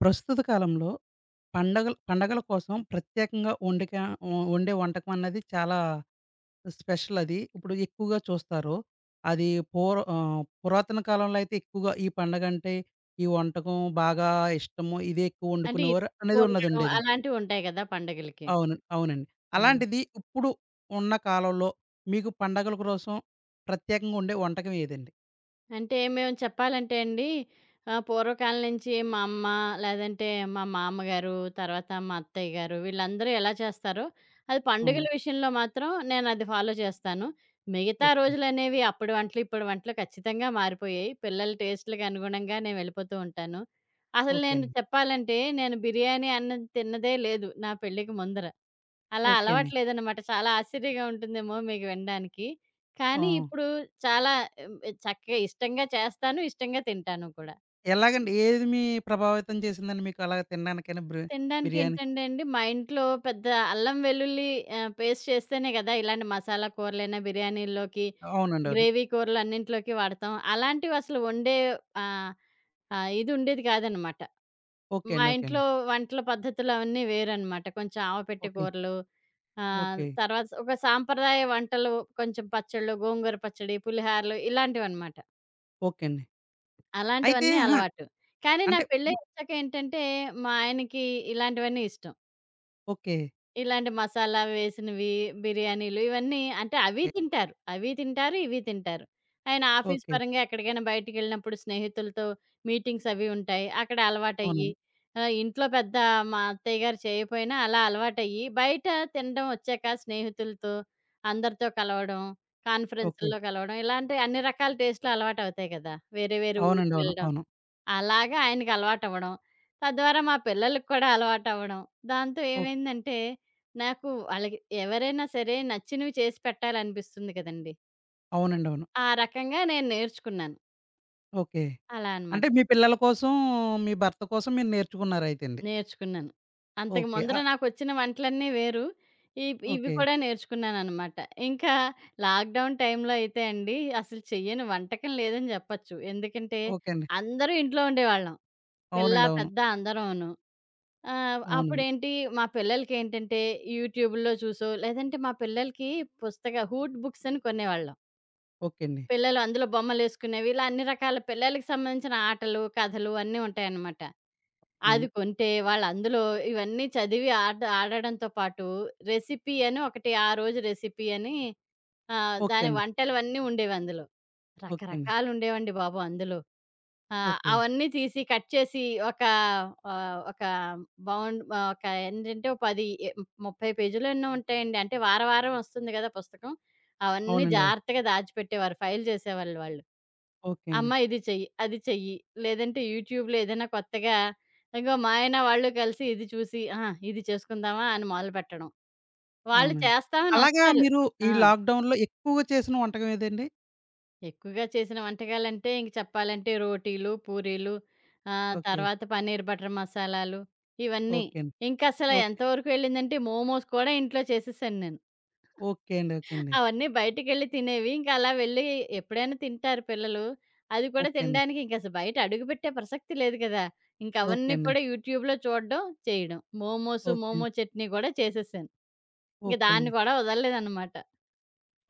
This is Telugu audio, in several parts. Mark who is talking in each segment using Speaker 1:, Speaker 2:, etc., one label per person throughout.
Speaker 1: ప్రస్తుత కాలంలో పండగల పండగల కోసం ప్రత్యేకంగా వండే వంటకం అన్నది చాలా స్పెషల్ అది. ఇప్పుడు ఎక్కువగా చూస్తారు. అది పురాతన కాలంలో అయితే ఎక్కువగా ఈ పండగంటే ఈ వంటకం బాగా ఇష్టము. ఇదే ఎక్కువ
Speaker 2: అంటే
Speaker 1: వండుకునేవారు
Speaker 2: ఇడ్లీ
Speaker 1: అనేది
Speaker 2: వండడం
Speaker 1: ఉన్నదుండేది.
Speaker 2: అలాంటివుంటాయి గదా పండగలకి.
Speaker 1: అవును. అవునండి.
Speaker 2: హ్మ్.
Speaker 1: అలాంటిది ఇప్పుడు ఉన్న కాలంలో మీకు పండగల కోసం ప్రత్యేకంగా వండే వంటకం ఏదండి?
Speaker 2: అంటే మేము చెప్పాలంటే అండి పూర్వకాలం నుంచి మా అమ్మ లేదంటే మా మామగారు, తర్వాత మా అత్తయ్య గారు వీళ్ళందరూ ఎలా చేస్తారో, అది పండుగల
Speaker 1: హ్మ్.
Speaker 2: విషయంలో మాత్రం నేనది ఫాలో చేస్తాను. మిగతా
Speaker 1: ఓకే.
Speaker 2: రోజులనేవి అప్పడి వంటలు, ఇప్పడి వంటలు ఖచ్చితంగా మారిపోయాయి. పిల్లల టేస్ట్‌లకి అనుగుణంగా నేను వెళ్ళిపోతూ ఉంటాను. అసలు
Speaker 1: ఓకే
Speaker 2: నేను
Speaker 1: అండి.
Speaker 2: చెప్పాలంటే నేను బిర్యానీ అన్నది తిన్నదే లేదు నా పెళ్ళికి ముందర. అలా
Speaker 1: ఓకే అండి.
Speaker 2: అలవాట్లేదనమాట. చాలా ఆశ్చర్యంగా ఉంటుందేమో మీకు వినడానికి.
Speaker 1: ఆ!
Speaker 2: కానీ ఇప్పుడు చాలా ఆహ్, చక్కగా ఇష్టంగా చేస్తాను, ఇష్టంగా తింటాను కూడా.
Speaker 1: ఎలాగండి? ఏది మీ ప్రభావితం చేసిందండి మీకు అలాగ తినడానికైనా
Speaker 2: తినడానికి
Speaker 1: బిర్యానీ?
Speaker 2: ఏంటంటే అండి, మా ఇంట్లో పెద్ద అల్లం వెల్లుల్లి పేస్ట్ చేస్తేనే కదా ఇలాంటి మసాలా కూరలైనా, బిర్యానీల్లోకి,
Speaker 1: అవునండి. అవును.
Speaker 2: గ్రేవీ కూరలు అన్నింటిలోకి వాడతాం. అలాంటివి అసలు వండే ఆహ్, ఆహ్, ఇది ఉండేది కాదనమాట.
Speaker 1: ఓకే
Speaker 2: మా
Speaker 1: అండి. ఓకే
Speaker 2: ఇంట్లో
Speaker 1: అండి.
Speaker 2: వంటల పద్ధతులవన్నీ వేరనమాట. కొంచెం ఆవపెట్టె
Speaker 1: ఓకే.
Speaker 2: కూరలు,
Speaker 1: ఓకే.
Speaker 2: తర్వాత ఒక సాంప్రదాయ వంటలు, కొంచెం పచ్చళ్ళు, గోంగూర పచ్చడి, పులిహారలు ఇలాంటివనమాట.
Speaker 1: ఓకే అండి. అయితే
Speaker 2: అలాంటివన్నీ
Speaker 1: అహా!
Speaker 2: అలవాటు. కానీ నా
Speaker 1: అంటే
Speaker 2: పెళ్ళయ్యాక ఏంటంటే, మా ఆయనకి ఇలాంటివన్నీ ఇష్టం.
Speaker 1: ఓకే.
Speaker 2: ఇలాంటి మసాలా వేసినవి, బిర్యానీలు ఇవన్నీ అంటే అవి తింటారు. అవి తింటారు, ఇవి తింటారు. ఆయన ఆఫీస్
Speaker 1: ఓకే.
Speaker 2: పరంగా ఎక్కడికైనా బయటికెళ్ళినప్పుడు స్నేహితులతో మీటింగ్స్ అవి ఉంటాయి. అక్కడ అలవాటయ్యి
Speaker 1: అవునండి.
Speaker 2: ఇంట్లో పెద్ద మా అత్తయ్య గారు చేయపోయినా అలా అలవాటయ్యి, బయట తినడం వచ్చాక స్నేహితులతో, అందరితో కలవడం,
Speaker 1: ఓకే.
Speaker 2: కాన్ఫరెన్స్‌ల్లో కలవడం ఇలాంటి అన్ని రకాల టేస్ట్‌లు అలవాటవుతాయి కదా! వేరే వేరే ఊరికి
Speaker 1: అవునండి. అవును.
Speaker 2: వెళ్ళడం.
Speaker 1: అవును.
Speaker 2: అలాగా ఆయనకి అలవాటవ్వడం. తద్వారా మా పిల్లలకి కూడా అలవాటవ్వడం. దాంతో
Speaker 1: ఓక్
Speaker 2: ఏమైందంటే, నాకు వాళ్ళకి ఎవరైనా సరే నచ్చినవి చేసి పెట్టాలనిపిస్తుంది కదండీ!
Speaker 1: అవునండి. అవును.
Speaker 2: ఆ రకంగా నేను నేర్చుకున్నాను.
Speaker 1: ఓకే.
Speaker 2: అలా అనమాట.
Speaker 1: అంటే మీ పిల్లల కోసం, మీ భర్త కోసం మీరు నేర్చుకున్నారైతే అండి.
Speaker 2: నేర్చుకున్నాను. అంతకు
Speaker 1: ఓకే.
Speaker 2: ముందర నాకొచ్చిన వంటలన్నీ వేరు. ఇవి
Speaker 1: ఓకే.
Speaker 2: కూడా నేర్చుకున్నాననమాట. ఇంకా లాక్‌డౌన్ టైంలో అయితే అండి, అసలు చెయ్యని వంటకం లేదని జెప్పొచ్చు. ఎందుకంటే,
Speaker 1: ఓకే అండి.
Speaker 2: అందరూ ఇంట్లో ఉండేవాళ్ళం. పిల్ల,
Speaker 1: అవునండి. అవును.
Speaker 2: పెద్ద అందరూను. ఆ!
Speaker 1: అవునండి.
Speaker 2: అప్పుడేంటి మా పిల్లలకేంటంటే యూట్యూబ్‌లో చూసో, లేదంటే మా పిల్లలకి పుస్తక హూట్ బుక్స్ అని కొనేవాళ్ళం.
Speaker 1: ఓకే అండి.
Speaker 2: పిల్లలు అందులో బొమ్మలేసుకునేవి. ఇలా అన్ని రకాల పిల్లలకి సంబంధించిన ఆటలు, కథలు అన్నీ ఉంటాయన్నమాట. అది
Speaker 1: అవును.
Speaker 2: కొంటే వాళ్ళందులో ఇవన్నీ చదివి ఆట ఆడడంతో పాటు రెసిపీ అని ఒకటి ఆ రోజు రెసిపీ అని
Speaker 1: ఓకే
Speaker 2: దాని
Speaker 1: అండి.
Speaker 2: వంటలవన్నీ ఉండేవందులో.
Speaker 1: ఓకే అండి.
Speaker 2: రకరకాలుండేవండి బాబు అందులో. ఆ!
Speaker 1: ఓకే.
Speaker 2: అవన్నీ తీసి కట్ చేసి ఒక ఆహ్, ఒక బౌండ్ ఒక ఏంటంటే ఒక 10 ఎ 30 పేజీలో ఎన్నో ఉంటాయండి. అంటే వారం వారం వస్తుంది కదా పుస్తకం. అవన్నీ
Speaker 1: అవునండి. అవును.
Speaker 2: జాగ్రత్తగా దాచిపెట్టేవారు. ఫైల్ చేసేవాళ్ళు వాళ్ళు.
Speaker 1: ఓకే
Speaker 2: అమ్మ
Speaker 1: అండి.
Speaker 2: ఇది చెయ్యి, అది చెయ్యి. లేదంటే యూట్యూబ్‌లో ఏదైనా కొత్తగా ఇంగో మా ఆయన వాళ్ళు కలిసి ఇది చూసి, ఆహా! ఇది చేసుకుందామా అని మొదలుపెట్టడం. వాళ్ళు
Speaker 1: అవునండి.
Speaker 2: చేస్తామని
Speaker 1: అలాగా
Speaker 2: వస్తారు.
Speaker 1: మీరు
Speaker 2: ఆ!
Speaker 1: ఈ లాక్‌డౌన్‌లో ఎక్కువగా చేసిన వంటకం ఏదండి?
Speaker 2: ఎక్కువగా చేసిన వంటకాలంటే ఇంక చెప్పాలంటే రోటీలు, పూరీలు,
Speaker 1: ఓకే.
Speaker 2: తర్వాత పన్నీర్ బటర్ మసాలాలు ఇవన్నీ.
Speaker 1: ఓకే అండి.
Speaker 2: ఇంకసల
Speaker 1: ఓకే.
Speaker 2: ఎంతవరకు వెళ్ళిందంటే మోమోస్ కూడా ఇంట్లో చేసేసాను నేను.
Speaker 1: ఓకే అండి. ఓకే అండి.
Speaker 2: అవన్నీ బయటికెళ్ళి తినేవి. ఇంక అలా వెళ్ళి ఎప్పుడైనా తింటారు పిల్లలు. అది కూడా
Speaker 1: ఓకే అండి.
Speaker 2: తినడానికి ఇంకసలు బయట అడుగుపెట్టే ప్రసక్తి లేదు కదా!
Speaker 1: ఓకే
Speaker 2: ఇంకవన్నీ
Speaker 1: అండి.
Speaker 2: కూడా యూట్యూబ్‌లో చూడడం, చేయడం. మోమోస్,
Speaker 1: ఓకే
Speaker 2: మోమో
Speaker 1: అండి.
Speaker 2: చట్నీ కూడా చేసేసాను. ఇంక
Speaker 1: ఓకే
Speaker 2: దాన్ని
Speaker 1: అండి.
Speaker 2: కూడా వదలలేదనమాట.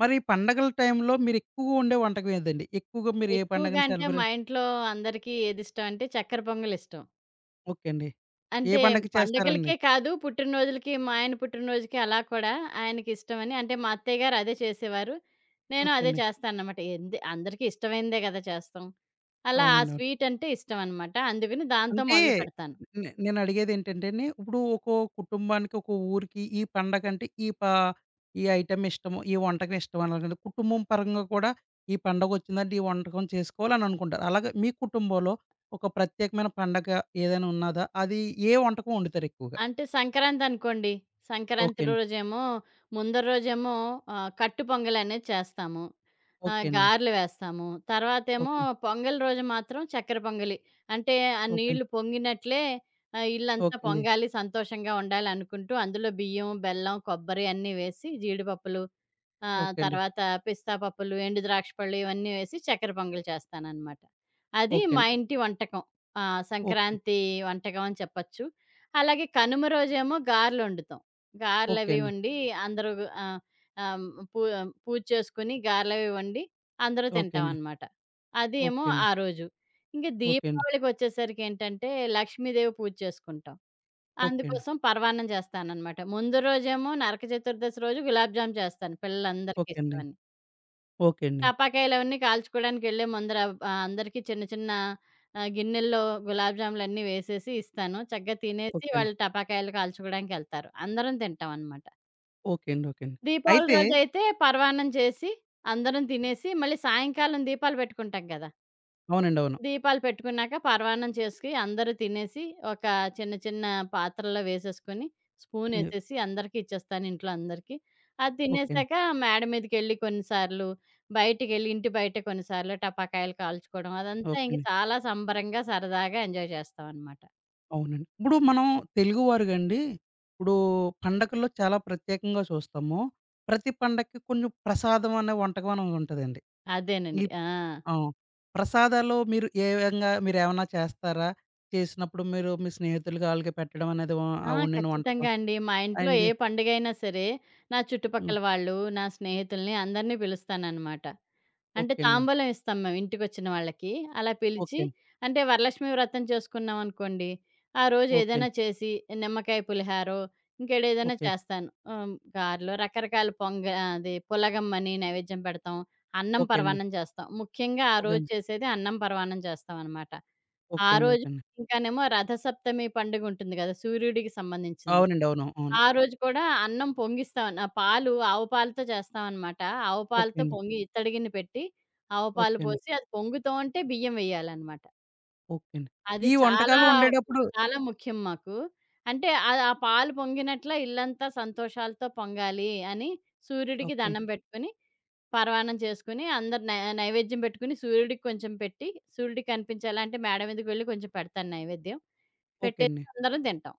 Speaker 1: మరి ఈ పండగల టైంలో మీరెక్కువగా వండే వంటకం ఏదండి? ఎక్కువగా మీరు ఏ
Speaker 2: ఎక్కువగా
Speaker 1: పండగని
Speaker 2: అంటే మా
Speaker 1: సెలబ్రేట్.
Speaker 2: ఇంట్లో అందరికీ ఏదిష్టం అంటే చక్కెర పొంగలిష్టం.
Speaker 1: ఓకే అండి. ఏ
Speaker 2: అంటే
Speaker 1: పండగకి చేస్తారండి?
Speaker 2: పండగలకే కాదు, పుట్టినరోజులకి మా ఆయన పుట్టినరోజుకి అలా కూడా ఆయనకిష్టమని అంటే మా అత్తయ్య గారు అదే చేసేవారు. నేను
Speaker 1: ఓకే
Speaker 2: అదే
Speaker 1: అండి.
Speaker 2: చేస్తానన్నమాట. ఎంది అందరికీ ఇష్టమైనదే గదా! చేస్తాం. అలా ఆ
Speaker 1: అవునండి. అవును.
Speaker 2: స్వీట్ అంటే ఇష్టమన్నమాట. అందుకని దాంతో
Speaker 1: అంటే
Speaker 2: మొదలుపెడతాను.
Speaker 1: నేనడిగేదేంటంటేండి, ఇప్పుడు ఒక్కో కుటుంబానికి, ఒక్కో ఊరికి ఈ పండగంటే ఈ ఐటెమ్ ఇష్టము, ఈ వంటకం ఇష్టం అలాగని కుటుంబం పరంగా కూడా ఈ పండగొచ్చిందంటే ఈ వంటకం చేసుకోవాలననుకుంటారు. అలాగే మీ కుటుంబంలో ఒక ప్రత్యేకమైన పండగ ఏదైనా ఉన్నదా? అది ఏ వంటకం వండుతారెక్కువగా?
Speaker 2: అంటే సంక్రాంతనుకోండి. సంక్రాంతి
Speaker 1: ఓకే అండి.
Speaker 2: రోజేమో, ముందర రోజేమో కట్టు పొంగలనేది చేస్తాము.
Speaker 1: ఓకే అండి.
Speaker 2: గారెలు వేస్తాము. తర్వాతేమో
Speaker 1: ఓకే.
Speaker 2: పొంగల్ రోజు మాత్రం చక్కెర పొంగలి. అంటే ఆ
Speaker 1: ఓకే.
Speaker 2: నీళ్లు పొంగినట్లే ఇల్లంతా
Speaker 1: ఓకే అండి.
Speaker 2: పొంగాలి, సంతోషంగా ఉండాలనుకుంటూ అందులో బియ్యం, బెల్లం, కొబ్బరి అన్నీ వేసి జీడిపప్పులు, ఆ!
Speaker 1: ఓకే అండి.
Speaker 2: తర్వాత పిస్తా పప్పులు, ఎండు ద్రాక్ష పళ్ళు ఇవన్నీ వేసి చక్కెర పొంగల్ చేస్తాననమాట. అది
Speaker 1: ఓకే
Speaker 2: మా
Speaker 1: అండి.
Speaker 2: ఇంటి వంటకం. ఆ!
Speaker 1: ఓకే.
Speaker 2: సంక్రాంతి వంటకం అని చెప్పచ్చు. అలాగే కనుమ రోజేమో గారెలొండుతాం.
Speaker 1: ఓకే
Speaker 2: గారెలవి
Speaker 1: అండి.
Speaker 2: వండి అందరూ ఆహ్, ఆహ్, హ్మ్, పూ పూజ చేసుకొని గారెలవి వండి అందరూ
Speaker 1: ఓకే అండి.
Speaker 2: తింటామనమాట. అది ఏమో
Speaker 1: ఓకే
Speaker 2: ఆ రోజు. ఇంక
Speaker 1: అండి.
Speaker 2: దీపావళికొచ్చేసరికేంటంటే, లక్ష్మీదేవి పూజ చేసుకుంటాం.
Speaker 1: ఓకే అండి.
Speaker 2: అందుకోసం పరవాన్నం చేస్తాననమాట. ముందు రోజేమో నరక చతుర్దశి రోజు గులాబ్ జామ్ చేస్తాను పిల్లలందరికీ
Speaker 1: ఓకే అండి.
Speaker 2: ఇష్టమని.
Speaker 1: ఓకే అండి. ఓకే అండి.
Speaker 2: టపాకాయలవన్నీ కాల్చుకోవడానికెళ్ళే ముందర అందరికీ చిన్న చిన్న గిన్నెల్లో గులాబ్ జాములన్నీ వేసేసి ఇస్తాను. చక్కగా తినేసి
Speaker 1: ఓకే అండి.
Speaker 2: వాళ్ళు టపాకాయలు కాల్చుకోవడానికెళ్తారు. అందరం తింటామనమాట.
Speaker 1: ఓకే అండి. ఓకే అండి.
Speaker 2: దీపావళి
Speaker 1: అయితే
Speaker 2: రోజైతే పరవాన్నం చేసి, అందరం తినేసి, మళ్ళీ సాయంకాలం దీపాలు పెట్టుకుంటాం కదా!
Speaker 1: అవునండి. అవును.
Speaker 2: దీపాలు పెట్టుకున్నాక పరవాన్నం చేసుకి అందరూ తినేసి, ఒక చిన్న చిన్న పాత్రల్లో వేసేసుకొని,
Speaker 1: హ్మ్.
Speaker 2: స్పూనేసేసి అందరికీ ఇచ్చేస్తాను ఇంట్లో అందరికీ. అది
Speaker 1: ఓకే అండి.
Speaker 2: తినేసాక మేడ మీదకెళ్ళి కొన్నిసార్లు, బయటికెళ్ళి ఇంటి బయట కొన్నిసార్లు టపాకాయలు కాల్చుకోవడం అదంతా
Speaker 1: ఓకే
Speaker 2: ఇంక
Speaker 1: అండి.
Speaker 2: చాలా సంబరంగా, సరదాగా ఎంజాయ్ చేస్తామనమాట.
Speaker 1: అవునండి. ఇప్పుడు మనం తెలుగువారుగండి, ఇప్పుడు పండగల్లో చాలా ప్రత్యేకంగా చూస్తాము. ప్రతి పండక్కి కొంచెం ప్రసాదం అనే వంటకం అనేది ఉంటదండి. ఈ
Speaker 2: అదేనండి. ఆ!
Speaker 1: ఆ! ప్రసాదాలు మీరు ఏ విధంగా మీరేమన్నా చేస్తారా? చేసినప్పుడు మీరు మీ స్నేహితులకి ఆళ్ళకి పెట్టడం అనేది వ, ఆ
Speaker 2: ఆ!
Speaker 1: వండిన వంటకం
Speaker 2: ఖచ్చితంగా అండి. మా ఇంట్లో ఏ
Speaker 1: అండి.
Speaker 2: పండుగైనా సరే, నా
Speaker 1: హ్మ్.
Speaker 2: చుట్టుపక్కల వాళ్ళు, నా స్నేహితుల్ని అందరిని పిలుస్తాననమాట. అంటే
Speaker 1: ఓకే అండి.
Speaker 2: తాంబూలం ఇస్తాం మేము ఇంటికొచ్చిన వాళ్ళకి. అలా పిలిచి
Speaker 1: ఓకే అండి.
Speaker 2: అంటే వరలక్ష్మి వ్రతం చేసుకున్నామనుకోండి, ఆ రోజు
Speaker 1: ఓకే
Speaker 2: ఏదైనా
Speaker 1: అండి.
Speaker 2: చేసి నిమ్మకాయ పులిహారో, ఇంకేడేదైనా
Speaker 1: ఓకే.
Speaker 2: చేస్తాను. గారెలో రకరకాల పొంగ అది పులగమ్మని నైవేద్యం పెడతాం. అన్నం
Speaker 1: ఓకే అండి.
Speaker 2: పరమాన్నం చేస్తాం. ముఖ్యంగా ఆ
Speaker 1: ఓకే
Speaker 2: రోజు
Speaker 1: అండి.
Speaker 2: చేసేది అన్నం పరమాన్నం చేస్తామనమాట. ఆ
Speaker 1: ఓకే అండి.
Speaker 2: రోజు
Speaker 1: ఓకే అండి.
Speaker 2: ఇంకానేమో రథసప్తమి పండుగుంటుంది గదా! సూర్యుడికి సంబంధించింది.
Speaker 1: అవునండి. అవును. అవును.
Speaker 2: ఆ రోజు కూడా అన్నం పొంగిస్తాం. ఆ పాలు ఆవు పాలతో చేస్తామనమాట. ఆవు
Speaker 1: ఓకే
Speaker 2: పాలతో
Speaker 1: అండి.
Speaker 2: పొంగి ఇత్తడి గిన్నె పెట్టి, ఆవు పాలు
Speaker 1: ఓకే అండి.
Speaker 2: పోసి అది పొంగుతూ ఉంటే బియ్యం వెయ్యాలనమాట.
Speaker 1: ఓకే అండి.
Speaker 2: అది
Speaker 1: ఈ
Speaker 2: చాలా,
Speaker 1: వంటకాలు వండేటప్పుడు
Speaker 2: చాలా ముఖ్యం మాకు. అంటే ఆ పాలు పొంగినట్ల ఇల్లంతా సంతోషాలతో పొంగాలి అని సూర్యుడికి
Speaker 1: ఓకే అండి.
Speaker 2: దండం పెట్టుకొని, పరవాన్నం చేసుకొని, అందరు నైవేద్యం పెట్టుకొని, సూర్యుడికి కొంచెం పెట్టి, సూర్యుడికి కనిపించేలా అంటే మేడ మీదకి వెళ్లి కొంచెం పెడతాను నైవేద్యం.
Speaker 1: ఓకే
Speaker 2: పెట్టేసి
Speaker 1: అండి.
Speaker 2: అందరం తింటాం.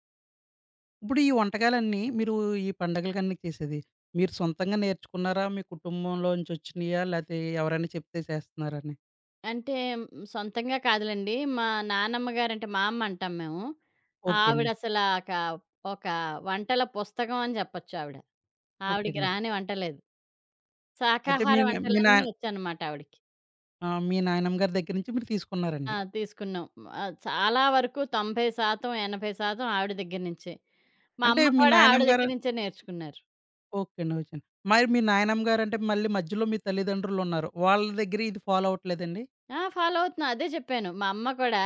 Speaker 1: ఇప్పుడు ఈ వంటకాలన్నీ మీరు ఈ పండగలకన్నీ చేసేది, మీరు సొంతంగా నేర్చుకున్నారా? మీ కుటుంబంలోంచి వచ్చినయా? లేతే ఎవరైనా చెప్తే చేస్తున్నారా అని?
Speaker 2: అంటే సొంతంగా కాదులెండి. మా నానమ్మ గారంటే మా అమ్మ అంటాం మేము. ఓకే.
Speaker 1: ఓకే అండి.
Speaker 2: ఆవిడసల ఒక, ఒక వంటల పుస్తకం అని చెప్పొచ్చు ఆవిడ.
Speaker 1: ఓకే
Speaker 2: ఆవిడకి
Speaker 1: అండి.
Speaker 2: రాని వంట లేదు.
Speaker 1: అయితే
Speaker 2: శాకాహార ఓహో!
Speaker 1: మీ
Speaker 2: వంటలన్నీ
Speaker 1: నాయన,
Speaker 2: వచ్చనమాట ఆవిడకి.
Speaker 1: ఆ! మీ నాయనమ్మ గారి దగ్గర నుంచి మీరు
Speaker 2: ఆ!
Speaker 1: తీసుకున్నారండి.
Speaker 2: తీసుకున్నాం. చాలా వరకు 90% 80% ఆవిడ దగ్గర నుంచే. మా
Speaker 1: అంటే
Speaker 2: అమ్మ
Speaker 1: మీ
Speaker 2: కూడా హ్మ్. ఆవిడ
Speaker 1: నాయనమ్మ గారు
Speaker 2: దగ్గర నుంచే నేర్చుకున్నారు.
Speaker 1: ఓకే అండి. ఓకే అండి. మరి మీ నాయనమ్మ గారంటే మళ్ళీ మధ్యలో మీ తల్లిదండ్రులున్నారు. వాళ్ళ దగ్గర ఇది ఫాలో అవ్వట్లేదండి?
Speaker 2: ఆ! ఫాలో అవుతున్నా. అదే చెప్పాను. మా అమ్మ కూడా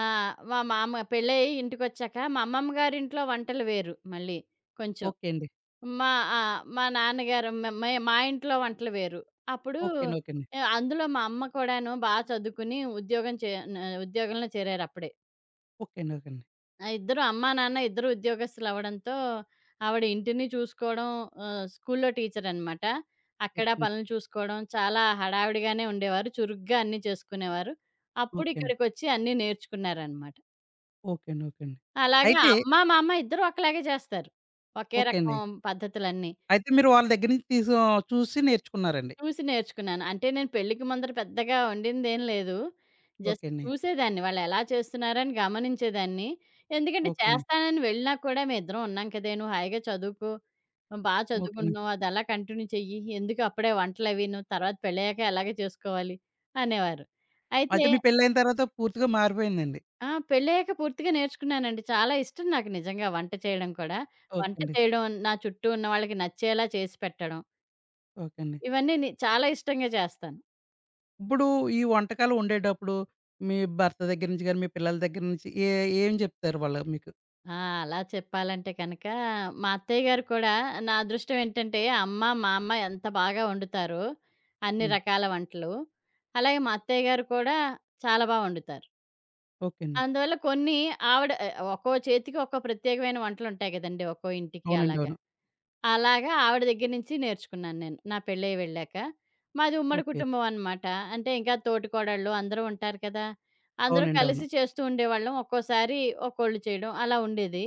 Speaker 2: మా మామ పెళ్ళయ్యి ఇంటికొచ్చాక మా అమ్మమ్మ గారింట్లో వంటలు వేరు మళ్ళీ కొంచెం.
Speaker 1: ఓకే అండి.
Speaker 2: మా ఆ! మా నాన్నగారు మ మే మా ఇంట్లో వంటలు వేరు. అప్పుడు
Speaker 1: ఓకే అండి. ఓకే అండి.
Speaker 2: అందులో మా అమ్మ కూడాను బా చదువుకుని ఉద్యోగం చే న ఉద్యోగంలో చేరారప్పుడే.
Speaker 1: ఓకే అండి. ఓకే అండి.
Speaker 2: ఆ! ఇద్దరు అమ్మా, నాన్న ఇద్దరు ఉద్యోగస్తులవ్వడంతో ఆవిడ ఇంటిని చూసుకోవడం, స్కూల్లో టీచరనమాట. అక్కడ
Speaker 1: ఓకే అండి.
Speaker 2: పనులు చూసుకోవడం చాలా హడావిడిగానే ఉండేవారు. చురుగ్గా అన్నీ చేసుకునేవారు. అప్పుడు
Speaker 1: ఓకే అండి.
Speaker 2: ఇక్కడికొచ్చి అన్నీ నేర్చుకున్నారనమాట.
Speaker 1: ఓకే అండి. ఓకే అండి.
Speaker 2: అలాగా
Speaker 1: అయితే
Speaker 2: అమ్మ, మా అమ్మ ఇద్దరు ఒకలాగే చేస్తారు. ఒకే
Speaker 1: ఓకే అండి.
Speaker 2: రకం పద్ధతులన్నీ.
Speaker 1: అయితే మీరు వాళ్ళ దగ్గర నుంచి చూసి నేర్చుకున్నారండి.
Speaker 2: చూసి నేర్చుకున్నాను. అంటే నేను పెళ్ళికి ముందర పెద్దగా వండిందేం లేదు.
Speaker 1: ఓకే
Speaker 2: జస్ట్
Speaker 1: అండి.
Speaker 2: చూసేదాన్ని వాళ్ళెలా చేస్తున్నారని గమనించేదాన్ని. ఎందుకంటే
Speaker 1: ఓకే అండి.
Speaker 2: చేస్తానని వెళ్ళినా కూడా మేమిద్దరం ఉన్నాం కదే! నువ్వు హాయిగా చదువుకో. బా
Speaker 1: ఓకే అండి.
Speaker 2: చదువుకుంటున్నావు. అదలా కంటిన్యూ చెయ్యి. ఎందుకు అప్పుడే వంటలవీను తర్వాత పెళ్ళయ్యాక ఎలాగో చేసుకోవాలి అనేవారు. అయితే
Speaker 1: అయితే మీ పెళ్లయిన తర్వాత పూర్తిగా మారిపోయిందండి.
Speaker 2: ఆ! పెళ్ళయ్యాక పూర్తిగా నేర్చుకున్నానండి. చాలా ఇష్టం నాకు నిజంగా వంట చేయడం కూడా.
Speaker 1: ఓకే
Speaker 2: వంట
Speaker 1: అండి.
Speaker 2: చేయడం, నా చుట్టూ ఉన్న వాళ్ళకి నచ్చేలా చేసి పెట్టడం.
Speaker 1: ఓకే అండి.
Speaker 2: ఇవన్నీ నే చాలా ఇష్టంగా చేస్తాను.
Speaker 1: ఇప్పుడు ఈ వంటకాలు వండేటప్పుడు మీ భర్త దగ్గర నుంచి గాని, మీ పిల్లల దగ్గర నుంచి ఏ, ఏం జెప్తారు వాళ్ళు మీకు?
Speaker 2: ఆ! అలా చెప్పాలంటే కనుక, మా అత్తయ్య గారు కూడా నా అదృష్టం ఏంటంటే, అమ్మ, మా అమ్మ ఎంత బాగా వండుతారో అన్ని
Speaker 1: హ్మ్.
Speaker 2: రకాల వంటలు. అలాగే మా అత్తయ్య గారు కూడా చాలా బా వండుతారు.
Speaker 1: ఓకే అండి.
Speaker 2: అందువల్ల కొన్ని ఆవిడ ఒక్కో చేతికి ఒక్కో ప్రత్యేకమైన వంటలుంటాయి గదండీ! ఒక్కో ఇంటికి
Speaker 1: అవునండి.
Speaker 2: అలాగ.
Speaker 1: అవును.
Speaker 2: అలాగా ఆవిడ దగ్గర నుంచి నేర్చుకున్నాను నేను. నా పెళ్ళయి వెళ్ళాక. మాది ఉమ్మడి
Speaker 1: ఓకే.
Speaker 2: కుటుంబం అనమాట. అంటే ఇంకా తోటికోడళ్ళు అందరూ ఉంటారు కదా! అందరూ
Speaker 1: అవునండి. అవును.
Speaker 2: కలిసి చేస్తూ ఉండేవాళ్ళం. ఒక్కోసారి ఒక్కోళ్ళు చేయడం అలా ఉండేది.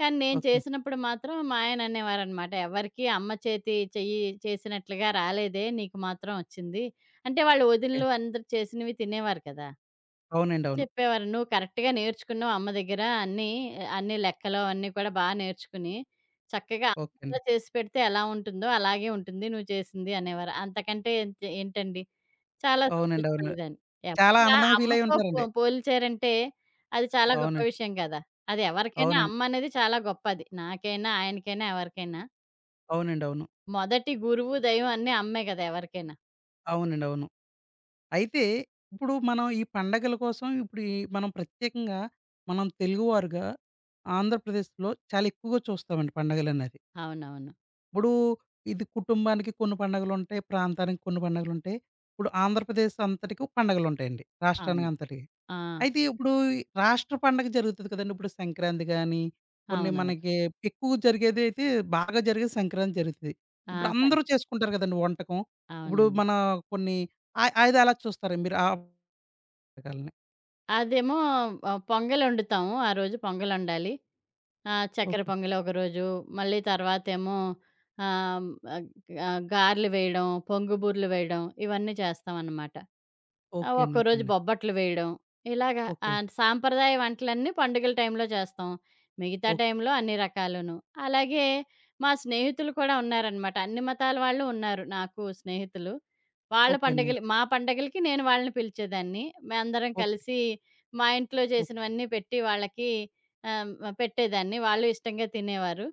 Speaker 2: కానీ నేను
Speaker 1: ఓకే.
Speaker 2: చేసినప్పుడు మాత్రం మా ఆయన అనేవారనమాట. "ఎవరికీ అమ్మ చేతి చెయ్యి చేసినట్లుగా రాలేదే! నీకు మాత్రం వచ్చింది." అంటే వాళ్ళు
Speaker 1: ఓకే.
Speaker 2: వదినలు అందరూ చేసినవి తినేవారు కదా!
Speaker 1: అవునండి. అవును.
Speaker 2: చెప్పేవారు. "నువ్వు కరెక్ట్‌గా నేర్చుకున్నావు అమ్మ దగ్గర అన్నీ, అన్ని లెక్కలు అవన్నీ కూడా బా నేర్చుకుని, చక్కగా అమ్మ
Speaker 1: ఓకే అండి.
Speaker 2: ఎలా చేసి పెడితే ఎలా ఉంటుందో అలాగే ఉంటుంది నువ్వు చేసింది" అనేవారు. అంతకంటే ఏంటి ఏంటండి చాలా
Speaker 1: అవునండి. అవును.
Speaker 2: సంతోషపడేదాన్ని.
Speaker 1: చాలా
Speaker 2: ఎవరైనా
Speaker 1: ఆనందంగా ఫీలయ్యి
Speaker 2: అమ్మతో
Speaker 1: ఉంటారండి.
Speaker 2: పోల్చారంటే అది చాలా గొప్ప
Speaker 1: అవునండి.
Speaker 2: విషయం కదా! అది ఎవరికైనా
Speaker 1: అవునండి.
Speaker 2: అమ్మ అనేది చాలా గొప్పది. నాకైనా, ఆయనకైనా, ఎవరికైనా.
Speaker 1: అవునండి. అవును.
Speaker 2: మొదటి గురువు, దైవం అన్నీ అమ్మే కదా! ఎవరికైనా.
Speaker 1: అవునండి. అవును. అయితే ఇప్పుడు మనం ఈ పండగల కోసం ఇప్పుడు ఈ మనం ప్రత్యేకంగా మనం తెలుగువారుగా ఆంధ్రప్రదేశ్‌లో చాలా ఎక్కువగా చూస్తామండి పండగలనేది.
Speaker 2: అవునవును.
Speaker 1: ఇప్పుడు ఇది కుటుంబానికి కొన్ని పండగలుంటాయి. ప్రాంతానికి కొన్ని పండగలుంటాయి. ఇప్పుడు ఆంధ్రప్రదేశ్ అంతటికి పండగలుంటాయండి.
Speaker 2: అవును.
Speaker 1: రాష్ట్రానికి అంతటికి.
Speaker 2: ఆ!
Speaker 1: అయితే ఇప్పుడు ఈ రాష్ట్ర పండగ జరుగుతది కదండీ! ఇప్పుడు సంక్రాంతి గాని, కొన్ని
Speaker 2: అవునవును.
Speaker 1: మనకి ఎక్కువ జరిగేదైతే బాగా జరిగేది సంక్రాంతి జరుగుతది.
Speaker 2: ఆ!
Speaker 1: ఇప్పుడు
Speaker 2: సంగ
Speaker 1: అందరూ చేసుకుంటారు కదండీ వంటకం. ఇప్పుడు
Speaker 2: అవునండి.
Speaker 1: మన కొన్ని ఆ అది ఎలా చూస్తారు మీరు? ఆ రకాలని.
Speaker 2: అదేమో పొంగలొండుతాము. ఆ రోజు పొంగలొండాలి. చక్కెర
Speaker 1: ఓకే.
Speaker 2: పొంగలి ఒకరోజు, మళ్ళీ తర్వాతేమో ఆహ్, ఆహ్, గారెలు వేయడం, పొంగు బూరెలు వేయడం ఇవన్నీ చేస్తామనమాట. ఆ!
Speaker 1: ఓకే అండి. ఓకే
Speaker 2: ఒక్కోరోజు
Speaker 1: అండి.
Speaker 2: బొబ్బట్లు వేయడం. ఇలాగా
Speaker 1: ఓకే.
Speaker 2: సాంప్రదాయ వంటలన్నీ పండుగల టైంలో చేస్తాం. మిగతా
Speaker 1: ఓ
Speaker 2: టైంలో అన్ని రకాలును. అలాగే మా స్నేహితులు కూడా ఉన్నారనమాట. అన్ని మతాల వాళ్ళు ఉన్నారు నాకు స్నేహితులు. వాళ్ళ
Speaker 1: ఓకే అండి.
Speaker 2: పండగలు మా పండగలకి నేను వాళ్ళని పిలిచేదాన్ని. మేమందరం
Speaker 1: ఓకే.
Speaker 2: కలిసి మా ఇంట్లో
Speaker 1: ఓ
Speaker 2: చేసినవన్నీ పెట్టి వాళ్ళకి ఆహ్, పెట్టేదాన్ని. వాళ్ళు ఇష్టంగా తినేవారు.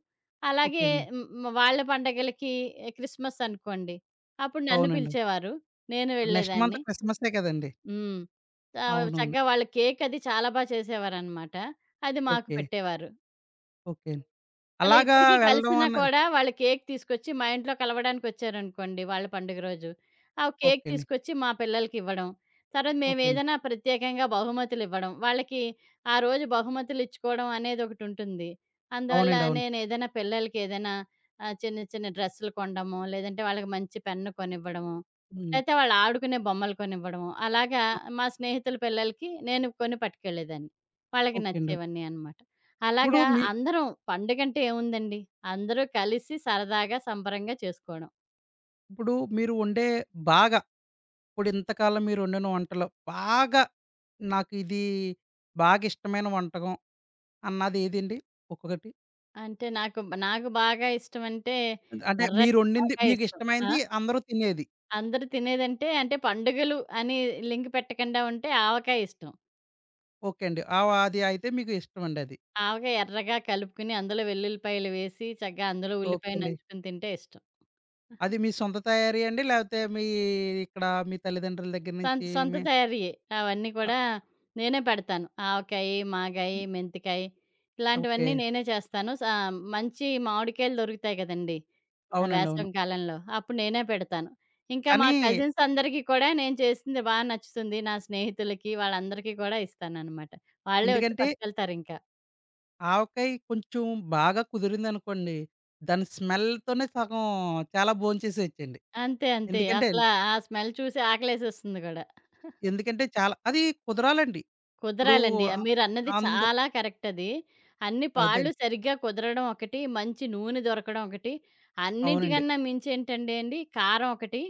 Speaker 1: ఓకే
Speaker 2: అలాగే
Speaker 1: అండి.
Speaker 2: వాళ్ళ పండగలకి క్రిస్మస్ అనుకోండి. అప్పుడు నన్ను
Speaker 1: అవునండి.
Speaker 2: పిలిచేవారు. నేను
Speaker 1: ఇప్పుడు నెక్స్ట్ మంత్
Speaker 2: వెళ్ళేదాన్ని.
Speaker 1: క్రిస్మసే కదండీ!
Speaker 2: హ్మ్.
Speaker 1: అవునండి.
Speaker 2: చక్కగా వాళ్ళు కేక్ అది చాలా బా చేసేవారనమాట. అది మాకు
Speaker 1: ఓకే.
Speaker 2: పెట్టేవారు.
Speaker 1: ఓకే అండి.
Speaker 2: అలా
Speaker 1: అలాగా
Speaker 2: ఇప్పటికి
Speaker 1: వెళ్ళడం
Speaker 2: కలిసినా
Speaker 1: అన్నది
Speaker 2: కూడా వాళ్ళు కేక్ తీసుకొచ్చి మా ఇంట్లో కలవడానికొచ్చారనుకోండి వాళ్ళ పండుగ రోజు. ఆ కేక్
Speaker 1: ఓకే అండి.
Speaker 2: తీసుకొచ్చి మా పిల్లలకివ్వడం. తర్వాత
Speaker 1: ఓకే అండి.
Speaker 2: మేమేదైనా ప్రత్యేకంగా బహుమతులివ్వడం. వాళ్ళకి ఆ రోజు బహుమతులిచ్చుకోవడం అనేదొకటుంటుంది. అందువల్ల
Speaker 1: అవునండి. అవును.
Speaker 2: నేనేదైనా పిల్లలకేదైనా చిన్న చిన్న డ్రెస్సులు కొనడమో, లేదంటే వాళ్ళకి మంచి పెన్ను కొనివ్వడమో,
Speaker 1: హ్మ్.
Speaker 2: లేతే వాళ్ళు ఆడుకునే బొమ్మలు కొనివ్వడమో, అలాగా
Speaker 1: ఆ!
Speaker 2: మా స్నేహితుల పిల్లలకి నేను కొని పట్టుకెళ్ళేదాన్ని. వాళ్ళకి
Speaker 1: ఓకే అండి.
Speaker 2: నచ్చేవన్నీ అనమాట.
Speaker 1: ఇప్పుడు
Speaker 2: అలాగా
Speaker 1: మీ
Speaker 2: అందరం పండగంటే ఏముందండి. అందరూ కలిసి సరదాగా, సంబరంగా చేసుకోవడం.
Speaker 1: ఇప్పుడు మీరు వండే బాగా ఇప్పుడు ఇంతకాలం మీరు వండిన వంటలో బాగా నాకు ఇది బాగా ఇష్టమైన వంటకం అన్నది ఏదండి? ఒక్కొక్కటి.
Speaker 2: అంటే నాకు, నాకు బాగా ఇష్టమంటే
Speaker 1: అంటే
Speaker 2: ఎర్ర
Speaker 1: మీరు వండింది
Speaker 2: ఆవకాయ
Speaker 1: మీకు
Speaker 2: ఇష్టం. ఆ!
Speaker 1: ఇష్టమైంది అందరూ తినేది.
Speaker 2: అందరూ తినేదంటే అంటే పండుగలు అని లింక్ పెట్టకుండా ఉంటే ఆవకాయ ఇష్టం.
Speaker 1: ఓకే అండి. ఆ! అది అయితే మీకు ఇష్టమండి అది.
Speaker 2: ఆవకాయ ఎర్రగా కలుపుకొని అందులో వెల్లుల్లిపాయలు వేసి చక్కగా అందులో
Speaker 1: ఓకే
Speaker 2: ఉల్లిపాయ
Speaker 1: అండి.
Speaker 2: నంచుకొని తింటే ఇష్టం.
Speaker 1: అది మీ సొంత తయారీ అండి? లేపోతే మీ ఇక్కడ మీ తల్లిదండ్రుల దగ్గర నుంచి
Speaker 2: సొంత
Speaker 1: మీ
Speaker 2: తయారీయే. అవన్నీ
Speaker 1: అ
Speaker 2: కూడా నేనే పెడతాను. ఆవకాయి, మాగాయి,
Speaker 1: హ్మ్.
Speaker 2: మెంతికాయి
Speaker 1: ఓకే.
Speaker 2: ఇలాంటివన్నీ నేనే చేస్తాను. సా మంచి మామిడికాయలు దొరుకుతాయి కదండీ! ఆ
Speaker 1: అవునండి. అవును.
Speaker 2: వేసవి కాలంలో. అప్పుడు నేనే పెడతాను. ఇంకా
Speaker 1: కానీ
Speaker 2: మా కజిన్స్ అందరికీ కూడా నేను చేసింది బా నచ్చుతుంది. నా స్నేహితులకి వాళ్ళందరికీ కూడా ఇస్తాననమాట. వాళ్ళే వచ్చి
Speaker 1: ఎందుకంటే
Speaker 2: పట్టుకెళ్తారింకా.
Speaker 1: ఆవకాయ కొంచెం బాగా కుదిరిందనుకోండి, దాని స్మెల్‌తోనే సగం చాలా భోంచేసేయొచ్చండి.
Speaker 2: అంతే. అంతే.
Speaker 1: ఎందుకంటే
Speaker 2: అసల ఆ స్మెల్ చూసి ఆకలేసేస్తుంది గూడా.
Speaker 1: ఎందుకంటే చాలా అది కుదరాలండి. ఇప్పుడు
Speaker 2: కుదరాలండి.
Speaker 1: ఆహ్,
Speaker 2: మీరన్నది
Speaker 1: అందరూ
Speaker 2: చాలా కరెక్ట్ అది. అన్ని పాళ్ళు
Speaker 1: అదండి.
Speaker 2: సరిగ్గా కుదరడం ఒకటి, మంచి నూనె దొరకడం ఒకటి,
Speaker 1: అవునండి.
Speaker 2: అన్నిటికన్నా మించేంటండి అండి కారం ఒకటి,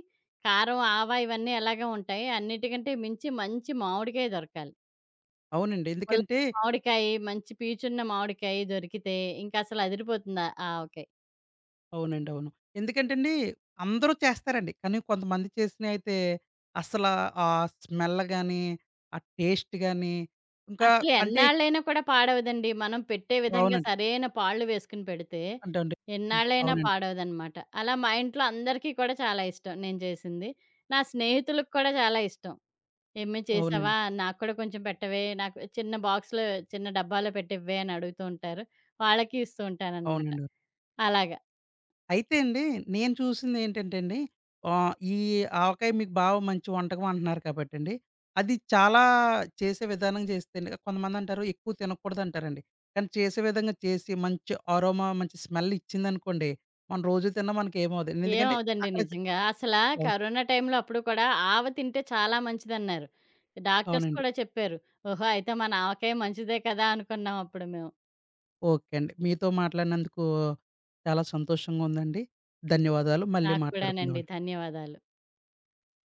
Speaker 2: కారం, ఆవ ఇవన్నీ ఎలాగో ఉంటాయి. అన్నిటికంటే మించి మంచి మామిడికాయ దొరకాలి.
Speaker 1: అవునండి.
Speaker 2: పుల్ల
Speaker 1: ఎందుకంటే
Speaker 2: మామిడికాయి, మంచి పీచున్న మామిడికాయి దొరికితే ఇంకసలు అదిరిపోతుంది ఆ ఆవకాయ.
Speaker 1: అవునండి. అవును. ఎందుకంటేండి, అందరూ చేస్తారండి. కానీ కొంతమంది చేసినయితే అసలా ఆ స్మెల్ గానీ, ఆ టేస్ట్ గానీ, ఇంకా
Speaker 2: అసలు
Speaker 1: అంటే
Speaker 2: ఎన్నాళ్ళైనా కూడా పాడవదండి. మనం పెట్టే విధంగా
Speaker 1: అవునండి.
Speaker 2: సరైన పాళ్ళు వేసుకొని పెడితే,
Speaker 1: అంటే అండి.
Speaker 2: ఎన్నాళ్ళైనా
Speaker 1: అవునండి.
Speaker 2: పాడవదనమాట. అలా మా ఇంట్లో అందరికీ కూడా చాలా ఇష్టం నేను చేసింది. నా స్నేహితులకు కూడా చాలా ఇష్టం. "ఏమ్మే చేసావా?
Speaker 1: అవునండి.
Speaker 2: నాకు కూడా కొంచెం పెట్టవే, నాకు చిన్న బాక్స్‌లో చిన్న డబ్బాలో పెట్టివ్వే" అని అడుగుతూ ఉంటారు. వాళ్ళకి ఇస్తూ ఉంటాననమాట.
Speaker 1: అవునండి.
Speaker 2: అలాగా.
Speaker 1: అయితే అండి, నేను చూసిందేంటంటే అండి, ఈ ఆవకాయ మీకు బాగా మంచి వంటకం అంటున్నారు కాబట్టండి, అది చాలా చేసే విధానం చేస్తేండి కొంతమందంటారు ఎక్కువ తినకూడదంటారండి. కానీ చేసే విధంగా చేసి మంచి అరోమా, మంచి స్మెల్ ఇచ్చిందనుకోండి, మనం రోజు తిన్నా మనకేమవ్వదండి. ఎందుకంటే
Speaker 2: ఏమవదండి
Speaker 1: అక్కడ
Speaker 2: నిజంగా. అసలా
Speaker 1: అవును.
Speaker 2: కరోనా టైంలో అప్పుడు కూడా ఆవ తింటే చాలా మంచిదన్నారు. డాక్టర్స్
Speaker 1: అవునండి.
Speaker 2: కూడా చెప్పారు. ఓహో! అయితే మన ఆవకాయ మంచిదే కదా! అనుకున్నాం అప్పుడు మేము.
Speaker 1: ఓకే అండి. మీతో మాట్లాడినందుకు చాలా సంతోషంగా ఉందండి. ధన్యవాదాలు. మళ్ళీ
Speaker 2: నాకు కూడానండి.
Speaker 1: మాట్లాడుకుందామండి.
Speaker 2: ధన్యవాదాలు.